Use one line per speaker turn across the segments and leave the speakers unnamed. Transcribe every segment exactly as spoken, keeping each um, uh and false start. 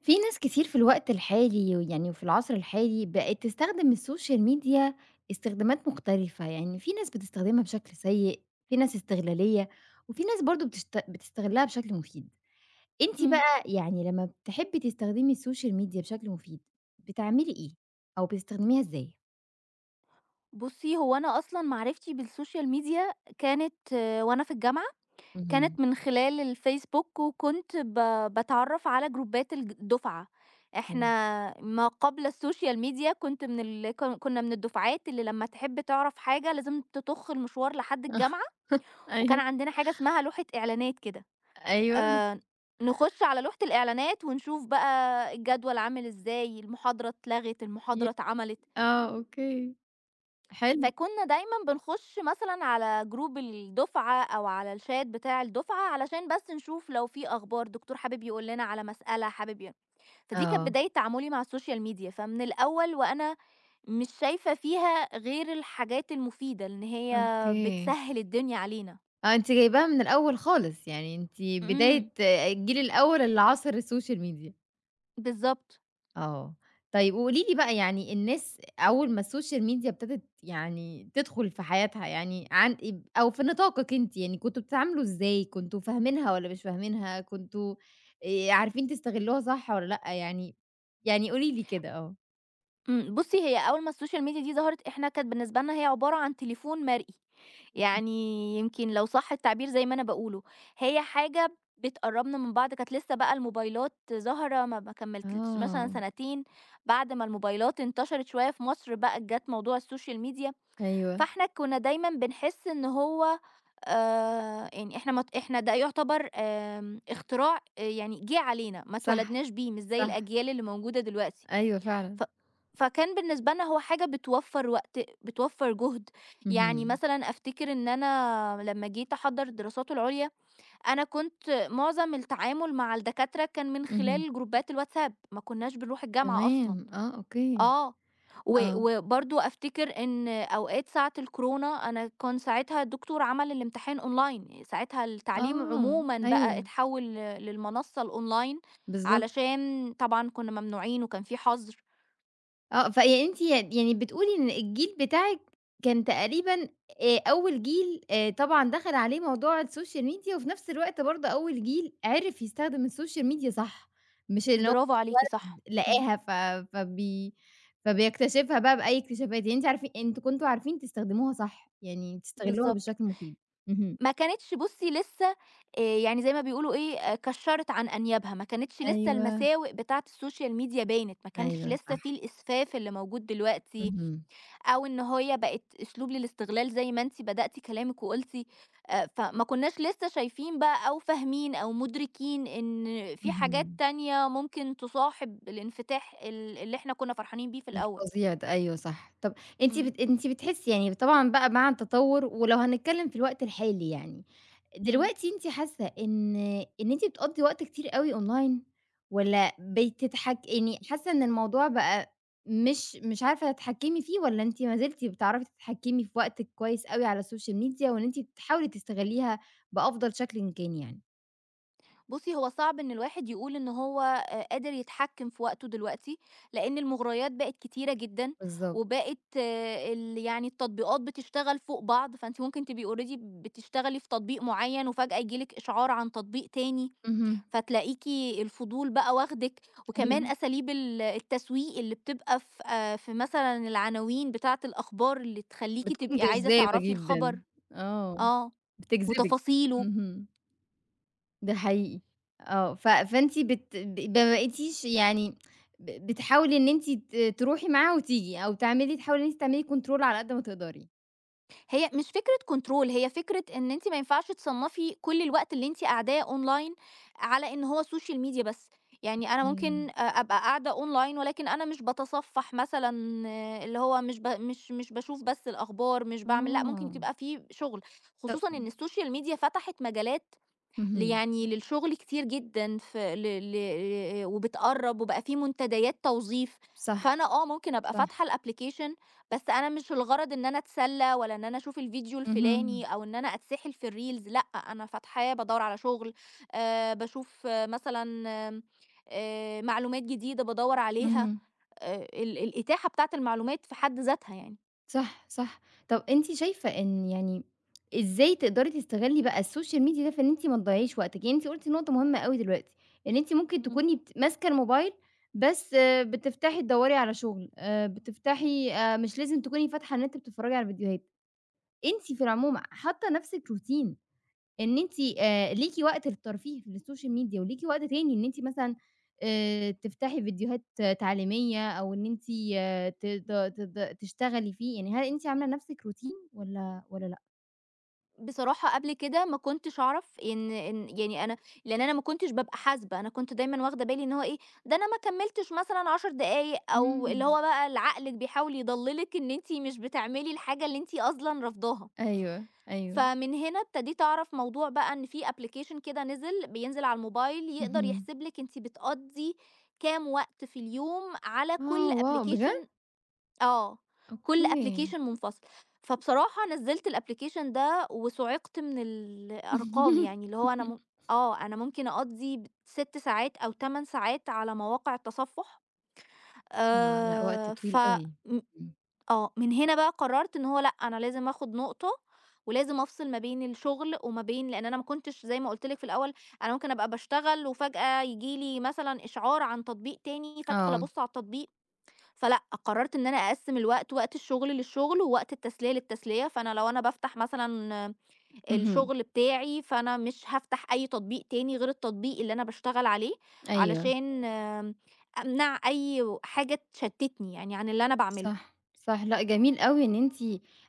في ناس كتير في الوقت الحالي ويعني وفي العصر الحالي بقت تستخدم السوشيال ميديا استخدامات مختلفة، يعني في ناس بتستخدمها بشكل سيء، في ناس استغلالية، وفي ناس برضه بتشت بتستغلها بشكل مفيد. أنتِ
إمم.
بقى يعني لمّا بتحبي تستخدمي السوشيال ميديا بشكل مفيد، بتعملي إيه؟ أو بتستخدميها إزاي؟
بُصّي، هو أنا أصلًا معرفتي بالسوشيال ميديا كانت آه، وأنا في الجامعة،
اهم،
كانت من خلال الفيسبوك وكنت ب باتعرّف على جروبات الج الدُفعة،
حلو.
إحنا ما قبل السوشيال ميديا كنت من ال ك كنا من الدُفعات اللي لمّا تحب تعرف حاجة لازم تطُخ المشوار لحد الجامعة، وكان
أيوه،
عندنا حاجة اسمها لوحة إعلانات كده.
أيوه،
آآ نخُش على لوحة الإعلانات ونشوف بقى الجدول عامل إزاي، المحاضرة اتلغت،
ي
المحاضرة اتعملت.
آه، أوكي، حلو.
فكنا دايمًا بنخش مثلًا على جروب الدُفعة أو على الchat بتاع الدُفعة علشان بس نشوف لو في أخبار، دكتور حابب يقول لنا على مسألة حابب ي فدي كانت
آه.
بداية تعاملي مع السوشيال ميديا، فمن الأول وأنا مش شايفة فيها غير الحاجات المفيدة، لإن هي
أوكي.
بتسهِّل الدنيا علينا.
آه، أنتِ جايباها من الأول خالص، يعني أنتِ
إمم،
بداية الجيل الأول اللي عاصر السوشيال ميديا.
بالضبط.
آه، طيب وقولي لي بقى يعني الناس أول ما السوشيال ميديا ابتدت يعني تدخل في حياتها يعني عن ب أو في نطاقِك أنتِ، يعني كنتم بتتعاملوا إزاي، كنتم فاهمينها والّا مش فاهمينها، كنتم آآ، عارفين تستغلوها صح والّا لأ يعني، يعني قولي لي كده؟ آه.
إمم، بُصّي هي أول ما الSocial Media دي ظهرت إحنا كانت بالنسبة لنا هي عبارة عن تليفون مرئي، يعني يمكن لو صح التعبير زي ما أنا باقوله، هي حاجة بتقرّبنا من بعض، كانت لسه بقى الموبايلات ظاهرة ما ما كمّلتش مثلًا
آه،
سنتين، بعد ما الموبايلات انتشرت شوية في مصر بقى جات موضوع الSocial Media،
أيوه،
فإحنا كنا دايمًا بنحس إن هو آآ، يعني إحنا مت إحنا ده يعتبر آمم، اختراع آه يعني جِه علينا، ما
صح،
اتولدناش بيه، مش زي
صح،
الأجيال اللي موجودة دلوقتي.
أيوه فعلًا،
ف فكان بالنسبة لنا هو حاجة بتوفّر وقت، بتوفّر جهد، يعني
اهم،
مثلًا أفتكر إن أنا لمّا جيت أحضّر الدراسات العُليا، أنا كنت معظم التعامل مع الدكاترة كان من
اهم،
خلال جروبات الواتساب، ما كناش بنروح الجامعة أصلًا.
تمام، آه، أوكي،
آه، و
آه.
وبرضه أفتكر إن أوقات ساعة الكورونا أنا كان ساعتها الدكتور عمل الامتحان أونلاين، ساعتها التعليم
آه،
عمومًا بقى
أيوه،
اتحوّل للمنصة الأونلاين،
بالضبط.
علشان طبعًا كنا ممنوعين وكان في حظر.
آه، فيعني أنتِ يعني بتقولي إن الجيل بتاعِك كان تقريبًا آآ أول جيل آآ طبعًا دخل عليه موضوع السوشيال ميديا، وفي نفس الوقت برضه أول جيل عرف يستخدم السوشيال ميديا صح، مش إن هو
برافو عليكِ صح، إمم،
لقاها ف فبي فبيكتشفها بقى بأي اكتشافات، يعني أنتِ عارفين أنتم كنتم عارفين تستخدموها صح، يعني تستغلوها
بالضبط.
بشكل مفيد. اهم.
ما كانتش بُصّي لسه آآ يعني زي ما بيقولوا إيه، آآ كشّرت عن أنيابها، ما كانتش لسه
أيوه،
المساوئ بتاعة السوشيال ميديا بانت، ما كانش
أيوه
لسه
صح.
في الإسفاف اللي موجود دلوقتي،
اهم،
أو إن هي بقت أسلوب للاستغلال زي ما أنتِ بدأتِ كلامِك وقُلتِ. آآ فما كناش لسه شايفين بقى أو فاهمين أو مُدركين إن في حاجات
اهم.
تانية ممكن تصاحب الانفتاح ال اللي إحنا كنا فرحانين بيه في الأول.
الفظيع ده، أيوه صح. طب أنتِ
إمم،
بت أنتِ بتحسّي يعني طبعًا بقى مع التطوّر ولو هنتكلّم في الوقت الحالي يعني،
إمم.
دلوقتي أنتِ حاسّة إن إن أنتِ بتقضّي وقت كتير أوي online والّا بتتحك يعني حاسّة إن الموضوع بقى مش مش عارفة تتحكّمي فيه والّا أنتِ ما زلتِ بتعرفي تتحكّمي في وقتِك كويس أوي على السوشيال ميديا وإن أنتِ بتحاولي تستغلّيها بأفضل شكل إن كان يعني؟
بُصّي، هو صعب إن الواحد يقول إن هو آآ قادر يتحكّم في وقته دلوقتي، لإن المُغريات بقت كتيرة جدًا،
بالضبط.
وبقت آه، ال يعني التطبيقات بتشتغل فوق بعض، فأنتِ ممكن تبقي already بتشتغلي في تطبيق معيّن وفجأة ييجي لِك إشعار عن تطبيق تاني،
اهم.
فتلاقيكِ الفضول بقى واخدِك، وكمان
أيوه.
أساليب ال التسويق اللي بتبقى في آآ في مثلًا العناوين بتاعة الأخبار اللي تخلّيكِ
بتكون
تبقي عايزة
جذابة
تعرفي
جدًا.
الخبر
آه.
آه،
بتجذبِك.
وتفاصيله.
اهم. ده حقيقي آه، ف فأنتِ بت ب ما بقيتيش يعني ب بتحاولي إن أنتِ ت تروحي معاه وتيجي، أو تعملي تحاولي إن أنتِ تعملي control على قد ما تقدري.
هي مش فكرة كنترول، هي فكرة إن أنتِ ما ينفعش تصنّفي كل الوقت اللي أنتِ قاعداه أونلاين على إن هو social media بس، يعني أنا
إمم.
ممكن أ أبقى قاعدة أونلاين ولكن أنا مش باتصفّح مثلًا آه، اللي هو مش ب مش مش باشوف بس الأخبار، مش باعمل لأ، ممكن
آه،
تبقى في شُغل،
طب
خصوصًا إن السوشيال ميديا فتحت مجالات ل
اهم،
يعني للشغل كتير جدًا ف ل ل آآ وبتقرّب وبقى في منتديات توظيف،
صح،
فأنا آه ممكن أبقى
صح،
فاتحة الapplication بس أنا مش الغرض إن أنا أتسلّى ولا إن أنا أشوف الفيديو الفلاني
اهم،
أو إن أنا أتسحل في الreels لأ، أنا فاتحاه بادوّر على شغل. آآ باشوف مثلًا آمم آآ معلومات جديدة بادوّر عليها.
اهم.
آآ ال الإتاحة بتاعة المعلومات في حد ذاتها يعني.
صح، صح. طب أنتِ شايفة إن يعني إزاي تقدري تستغلّي بقى السوشيال ميديا ده في إن أنتِ ما تضيّعيش وقتِك؟ يعني أنتِ قُلتِ نقطة مهمة أوي دلوقتي، إن أنتِ ممكن
إمم.
تكوني بت ماسكة الموبايل بس آه، بتفتحي تدوّري على شغل، آآ بتفتحي آآ مش لازم تكوني فاتحة النت بتتفرّجي على فيديوهات. أنتِ في العموم حاطة لنفسِك روتين إن أنتِ آآ ليكِ وقت للترفيه في السوشيال ميديا وليكِ وقت تاني إن أنتِ مثلًا آآ تفتحي فيديوهات آه، تعليمية أو إن أنتِ تد تد تشتغلي فيه، يعني هل أنتِ عاملة لنفسِك روتين والّا والّا لأ؟
بصراحة قبل كده ما كنتش أعرف إن إن يعني أنا لأن أنا ما كنتش بابقى حاسبة، أنا كنت دايمًا واخدة بالي إن هو إيه، ده أنا ما كمّلتش مثلًا عشر دقايق أو اللي
إمم.
هو بقى ال عقلِك بيحاول يضلِّلِك إن أنتِ مش بتعملي الحاجة اللي أنتِ أصلًا رافضاها.
أيوه، أيوه.
فمن هنا ابتديت أعرف موضوع بقى إن في application كده نزل، بينزل على الموبايل يقدر
اهم.
يحسب لِك أنتِ بتقضّي كام وقت في اليوم على
آه
كل
واو! بجد؟
application آه، كل
أوكي.
application منفصل. فبصراحة نزّلت الapplication ده وصُعِقت من الأرقام، يعني اللي هو أنا م آه، أنا ممكن أقضّي ب ست ساعات أو ثمان ساعات على مواقع التصفُّح.
آه، لأ وقت
آآ، ف
طويل أوي.
م
إمم.
آه، من هنا بقى قرّرت إن هو لأ، أنا لازم آخُد نقطة ولازم أفصِل ما بين الشُغل وما بين لإن أنا ما كنتش زي ما قُلت لك في الأول، أنا ممكن أبقى باشتغل وفجأة ييجي لي مثلًا إشعار عن تطبيق تاني، فادخُل
آه.
أبُص على التطبيق فلأ، قررت إن أنا أقسّم الوقت، وقت الشغل للشغل، ووقت التسلية للتسلية، فأنا لو أنا بافتح مثلًا
اهم.
الشغل بتاعي، فأنا مش هافتح أي تطبيق تاني غير التطبيق اللي أنا باشتغل عليه،
أيوه.
علشان آمم، أمنع أي و حاجة تشتتني يعني عن اللي أنا باعمله.
صح، صح، لأ جميل أوي إن أنتِ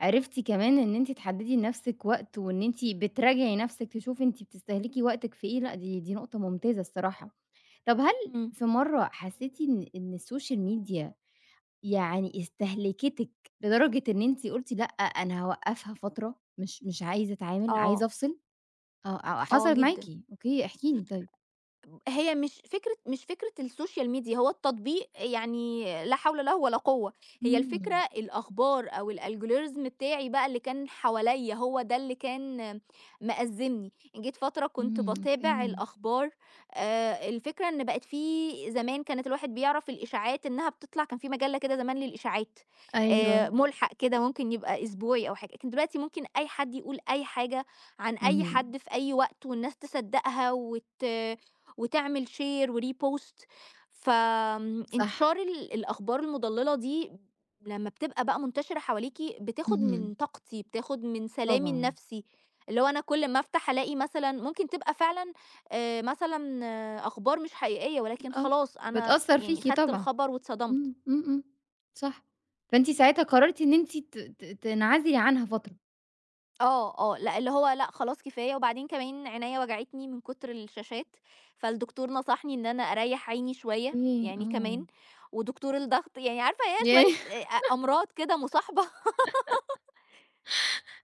عرفتِ كمان إن أنتِ تحددي لنفسِك وقت، وإن أنتِ بتراجعي نفسِك تشوفي أنتِ بتستهلكي وقتِك في إيه، لأ دي دي نقطة ممتازة الصراحة. طب هل
إمم،
في مرّة حسيتِ إن إن السوشيال ميديا يعني استهلكتِك لدرجة إن أنتِ قُلتِ لأ أنا هاوقّفها فترة، مش مش عايزة أتعامل، عايزة
آه،
أفصل؟ آه، آه،
آه
حصلت معاكِ؟
جدًا.
أوكي، احكي لي طيب.
هي مش فكرة مش فكرة السوشيال ميديا، هو التطبيق يعني لا حول له ولا قوة، هي
إمم،
الفكرة الأخبار أو الalgorithm بتاعي بقى اللي كان حواليّا، هو ده اللي كان مأزّمني، جيت فترة كنت
إمم،
باتابع
أوكي،
الأخبار. آآ، الفكرة إن بقت في زمان كانت الواحد بيعرف الإشاعات إنها بتطلع كان في مجلة كده زمان للإشاعات،
أيوه،
آآ، ملحق كده ممكن يبقى أسبوعي أو حاجة، لكن دلوقتي ممكن أي حد يقول أي حاجة عن أي
اهم،
حد في أي وقت والناس تصدّقها وت وتعمل share وrepost.
صح،
فانتشار ال الأخبار المضللة دي لمّا بتبقى بقى منتشرة حواليكِ بتاخد
اهم،
من طاقتي، بتاخد من سلامي
طبعًا.
النفسي، اللي هو أنا كل ما أفتح ألاقي مثلًا ممكن تبقى فعلًا آآ مثلًا آه، أخبار مش حقيقية، ولكن
آه،
خلاص أنا
بتأثّر
يعني
فيكِ
خدت
طبعًا،
الخبر واتصدمت.
إمم، إمم، إمم، صح، فأنتِ ساعتها قررتِ إن أنتِ ت ت تنعزلي عنها فترة،
آه، آه، لأ، اللي هو لأ خلاص كفاية، وبعدين كمان عينيّا وجعتني من كتر الشاشات، فالدكتور نصحني إن أنا أريّح عيني شوية
إيه،
يعني
آه،
كمان، ودكتور الضغط يعني عارفة هي
ياه!
شوية أ أمراض كده مصاحبة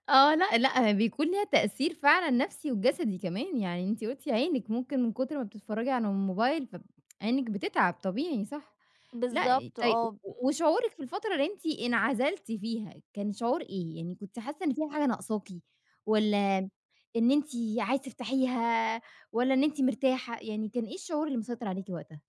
آه، لأ، لأ، بيكون ليها تأثير فعلًا نفسي وجسدي كمان، يعني أنتِ قُلتِ عينِك ممكن من كتر ما بتتفرّجي على الموبايل ف عينِك بتتعب طبيعي صح، لأ
بالضبط
طي و
آه.
و- وشعورِك في الفترة اللي أنتِ انعزلتِ فيها كان شعور إيه؟ يعني كنتِ حاسة إن في حاجة ناقصاكِ والّا إن أنتِ عايزة تفتحيها والّا إن أنتِ مرتاحة، يعني كان إيه الشعور اللي مسيطر عليكِ وقتها؟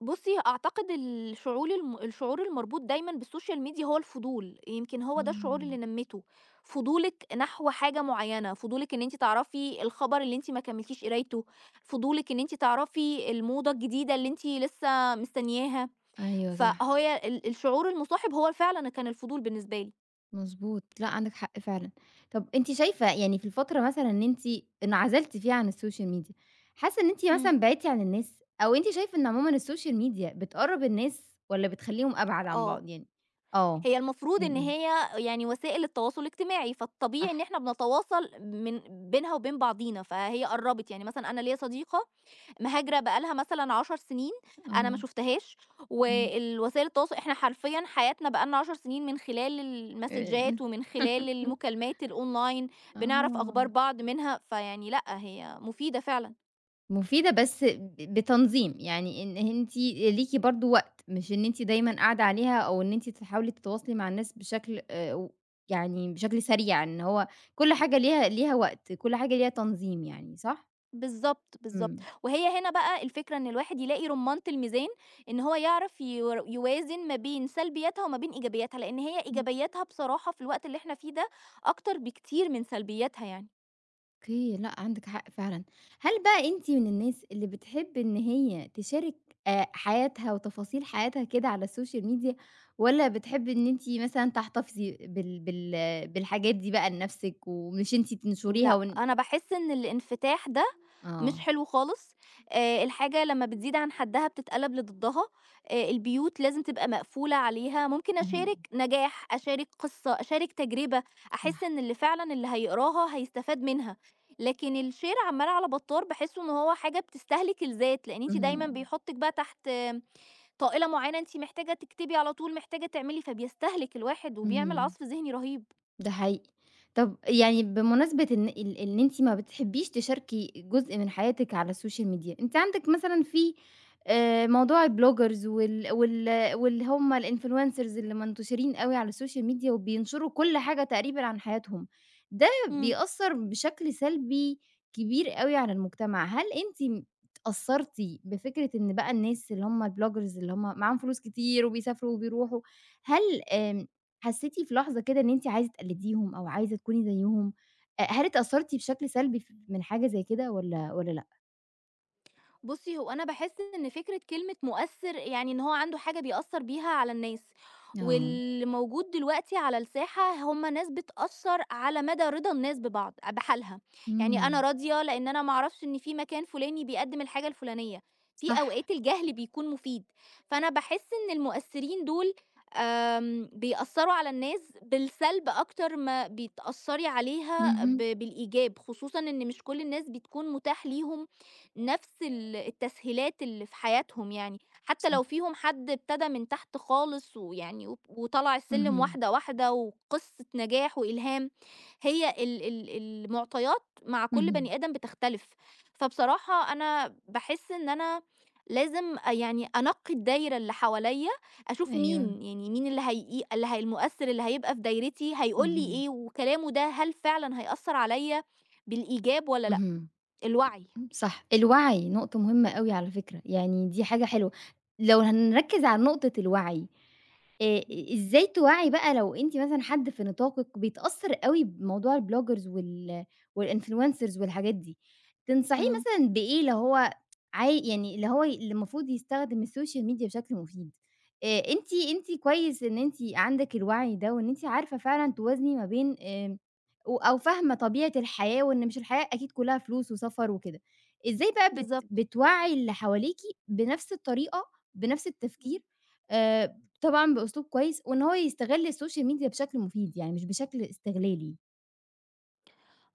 بُصّي أعتقد الشعول الم الشعور المربوط دايمًا بالسوشيال ميديا هو الفضول، يمكن هو ده الشعور
إمم،
اللي نمّيته، فضولِك نحو حاجة معيّنة، فضولِك إن أنتِ تعرفي الخبر اللي أنتِ ما كمّلتيش قرايته، فضولِك إن أنتِ تعرفي الموضة الجديدة اللي أنتِ لسه مستنياها.
أيوه صح.
فهي ال الشعور المُصاحب هو فعلًا كان الفضول بالنسبة لي.
مضبوط، لأ عندِك حق فعلًا. طب أنتِ شايفة يعني في الفترة مثلًا إن أنتِ انعزلتِ فيها عن السوشيال ميديا، حاسة إن أنتِ مثلًا
إمم.
بعدتِ عن الناس، أو أنتِ شايفة إن عمومًا السوشيال ميديا بتقرّب الناس والّا بتخلّيهم أبعد عن
آه.
بعض يعني؟ آه،
هي المفروض
إمم،
إن
إمم،
هي يعني وسائل التواصل الاجتماعي، فالطبيعي
صح،
إن إحنا بنتواصل من بينها وبين بعضينا، فهي قرّبت. يعني مثلًا أنا ليّا صديقة مهاجرة بقى لها مثلًا عشر سنين، أنا ما
آه،
شُفتهاش،
إمم،
والوسائل التواصل إحنا حرفيًا حياتنا بقى لنا عشر سنين من خلال
آآ،
المسدجات ومن خلال المكالمات الأونلاين، بنعرف
آه.
أخبار بعض منها، فيعني لأ، هي مفيدة فعلًا.
مفيدة بس ب بتنظيم، يعني إن أنتِ ليكِ برضه وقت، مش إن أنتِ دايمًا قاعدة عليها أو إن أنتِ تحاولي تتواصلي مع الناس بشكل آآ و يعني بشكل سريع، إن هو كل حاجة ليها ليها وقت، كل حاجة ليها تنظيم يعني، صح؟
بالضبط، بالضبط.
إمم،
وهي هنا بقى الفكرة إن الواحد يلاقي رُمّانة الميزان، إن هو يعرف يور يوازن ما بين سلبياتها وما بين إيجابياتها، لإن هي
إمم،
إيجابياتها بصراحة في الوقت اللي إحنا فيه ده أكتر بكتير من سلبياتها يعني.
أوكي، لأ عندِك حق فعلًا. هل بقى أنتِ من الناس اللي بتحب إن هي تشارك آآ حياتها وتفاصيل حياتها كده على السوشيال ميديا، والّا بتحبي إن أنتِ مثلًا تحتفظي بال بال بالحاجات دي بقى لنفسِك ومش أنتِ تنشريها
لأ،
وإن
أنا باحس إن الانفتاح ده مش
آه،
حلو خالص. آآ الحاجة لمّا بتزيد عن حدّها بتتقلب لضدّها. آآ البيوت لازم تبقى مقفولة عليها، ممكن
اهم،
أشارك نجاح، أشارك قصة، أشارك تجربة، أحس
صح،
إن اللي فعلًا اللي هيقراها هيستفاد منها، لكن الshare عمّال على بطّال باحسّه إن هو حاجة بتستهلك الذات، لإن أنتِ دايمًا
اهم،
بيحطِّك بقى تحت آه، طائلة معيّنة أنتِ محتاجة تكتبي على طول، محتاجة تعملي، فبيستهلك الواحد وبيعمل
اهم.
عَصْف ذهني رهيب.
ده حقيقي. طب يعني بمناسبة إن ال إن أنتِ ما بتحبيش تشاركي جزء من حياتِك على السوشيال ميديا، أنتِ عندِك مثلًا في آآ موضوع البلوجرز وال وال واللي هم الinfluencers اللي منتشرين أوي على السوشيال ميديا وبينشروا كل حاجة تقريبًا عن حياتهم، ده
إمم.
بيأثّر بشكل سلبي كبير أوي على المجتمع، هل أنتِ م اتأثّرتِ بفكرة إن بقى الناس اللي هم البلوجرز اللي هم معاهم فلوس كتير وبيسافروا وبيروحوا، هل آمم حسيتِ في لحظة كده إن أنتِ عايزة تقلديهم أو عايزة تكوني زيهم، أ هل اتأثرتِ بشكل سلبي ف من حاجة زي كده والّا والّا لأ؟
بُصّي، هو أنا باحس إن فكرة كلمة مؤثّر، يعني إن هو عنده حاجة بيأثّر بيها على الناس،
آه،
واللي موجود دلوقتي على الساحة هم ناس بتأثّر على مدى رضا الناس ببعض بحالها، يعني أنا
إمم،
راضية لإن أنا ما أعرفش إن في مكان فلاني بيقدّم الحاجة الفلانية، في
صح،
أوقات الجهل بيكون مفيد، فأنا باحس إن المؤثّرين دول آمم، بيأثّروا على الناس بالسلب أكتر ما بتأثّري عليها ب
اهم،
بالإيجاب، خصوصًا إن مش كل الناس بتكون متاح ليهم نفس ال التسهيلات اللي في حياتهم يعني، حتى
صح،
لو فيهم حد ابتدى من تحت خالص ويعني وب وطلع السلم
اهم،
واحدة، واحدة وقصة نجاح وإلهام. هي ال ال المعطيات مع كل
اهم،
بني آدم بتختلف، فبصراحة أنا باحس إن أنا لازم أ يعني أنقّي الدايرة اللي حواليّا، أشوف
أيوه،
مين، يعني مين اللي هي اللي هي المؤثر اللي هيبقى في دايرتي هيقول لي
اهم،
إيه، وكلامه ده هل فعلًا هيأثّر عليّا بالإيجاب والّا لأ،
اهم.
الوعي.
إمم، صح، الوعي نقطة مهمة أوي على فكرة، يعني دي حاجة حلوة، لو هنركّز على نقطة الوعي، آآ
إمم.
إزاي توعّي بقى لو أنتِ مثلًا حد في نطاقِك بيتأثّر أوي بموضوع الbloggers وال والinfluencers والحاجات دي، تنصحيه
إمم.
مثلًا بإيه اللي هو عاي يعني اللي هو اللي المفروض يستخدم السوشيال ميديا بشكل مفيد؟ آآ أنتِ أنتِ كويس إن أنتِ عندِك الوعي ده وإن أنتِ عارفة فعلًا توازني ما بين آمم، و أو فاهمة طبيعة الحياة وإن مش الحياة أكيد كُلّها فلوس وسفر وكده. إزاي بقى بت
بالضبط.
بتوعّي اللي حواليكِ بنفس الطريقة، بنفس
إمم.
التفكير، آآ طبعًا بأسلوب كويس، وإن هو يستغل السوشيال ميديا بشكل مفيد، يعني مش بشكل استغلالي؟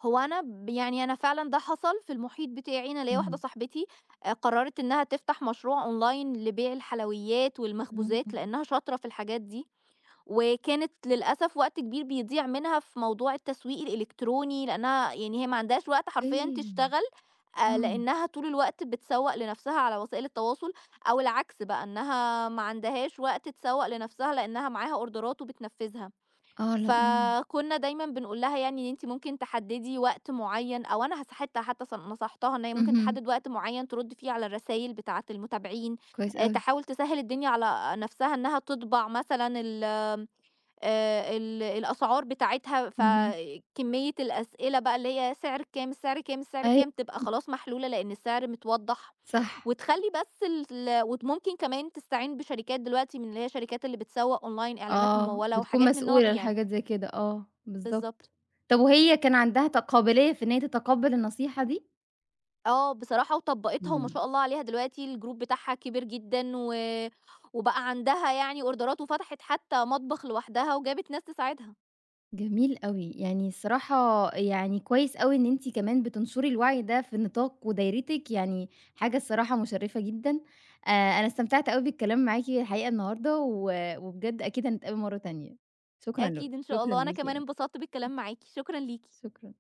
هو أنا ب يعني أنا فعلًا ده حصل في المحيط بتاعي، أنا ليّا واحدة
اهم.
صاحبتي آآ قرّرت إنّها تفتح مشروع أونلاين لبيع الحلويات
آه،
والمخبوزات لإنّها شاطرة في الحاجات دي، وكانت للأسف وقت كبير بيضيع منها في موضوع التسويق الإلكتروني لإنّها يعني هي ما عندهاش وقت حرفيًا
أوكي.
تشتغل، آآ
آه،
لإنّها طول الوقت بتسوّق لنَفْسها على وسائل التواصل، أو العكس بقى إنّها ما عندهاش وقت تسوّق لنَفْسها لإنّها معاها أوردرات وبتنفّذها.
آه، لأ، إمم،
فكنا دايمًا بنقول لها يعني إن أنتِ ممكن تحدّدي وقت معيّن أو أنا هس حتى حتى ص نصحتها إن هي ممكن
اهم،
تحدّد وقت معيّن ترُد فيه على الرسايل بتاعة المتابعين.
كويس
آآ
أوي،
تحاول تسهّل الدنيا على نَفْسها إنّها تطبع مثلًا ال آمم آآ ال الأسعار بتاعتها،
اهم،
فكمية الأسئلة بقى اللي هي سعر كام، السعر كام، السعر
أيوه.
كام، تبقى خلاص محلولة لإن السعر متوضّح،
صح،
وتخلّي بس ال ال وممكن كمان تستعين بشركات دلوقتي من اللي هي شركات اللي بتسوّق أونلاين إعلانات
آه،
ممولة
بتكون
وحاجات من النوع
مسؤولة
دي يعني.
لحاجات زي كده، آه، بالضبط.
بالضبط.
طب وهي كان عندها ت قابلية في إن هي تتقبّل النصيحة دي؟
آه، بصراحة وطبّقتها وما
إمم.
شاء الله عليها دلوقتي الgroup بتاعها كبر جدًا و وبقى عندها يعني أوردرات وفتحت حتى مطبخ لوحدها وجابت ناس تساعدها.
جميل أوي، يعني الصراحة يعني كويس أوي إن أنتِ كمان بتنشري الوعي ده في نطاق ودايرتِك، يعني حاجة الصراحة مشرفة جدًا، آآ أنا استمتعت أوي بالكلام معاكِ الحقيقة النهارده، و وبجد أكيد هنتقابل مرة تانية، شكرًا ل
أكيد إن شاء
شكرًا
الله، أنا
ليكِ
كمان
أوي،
انبسطت بالكلام معاكِ، شكرًا ليكِ.
شكرًا.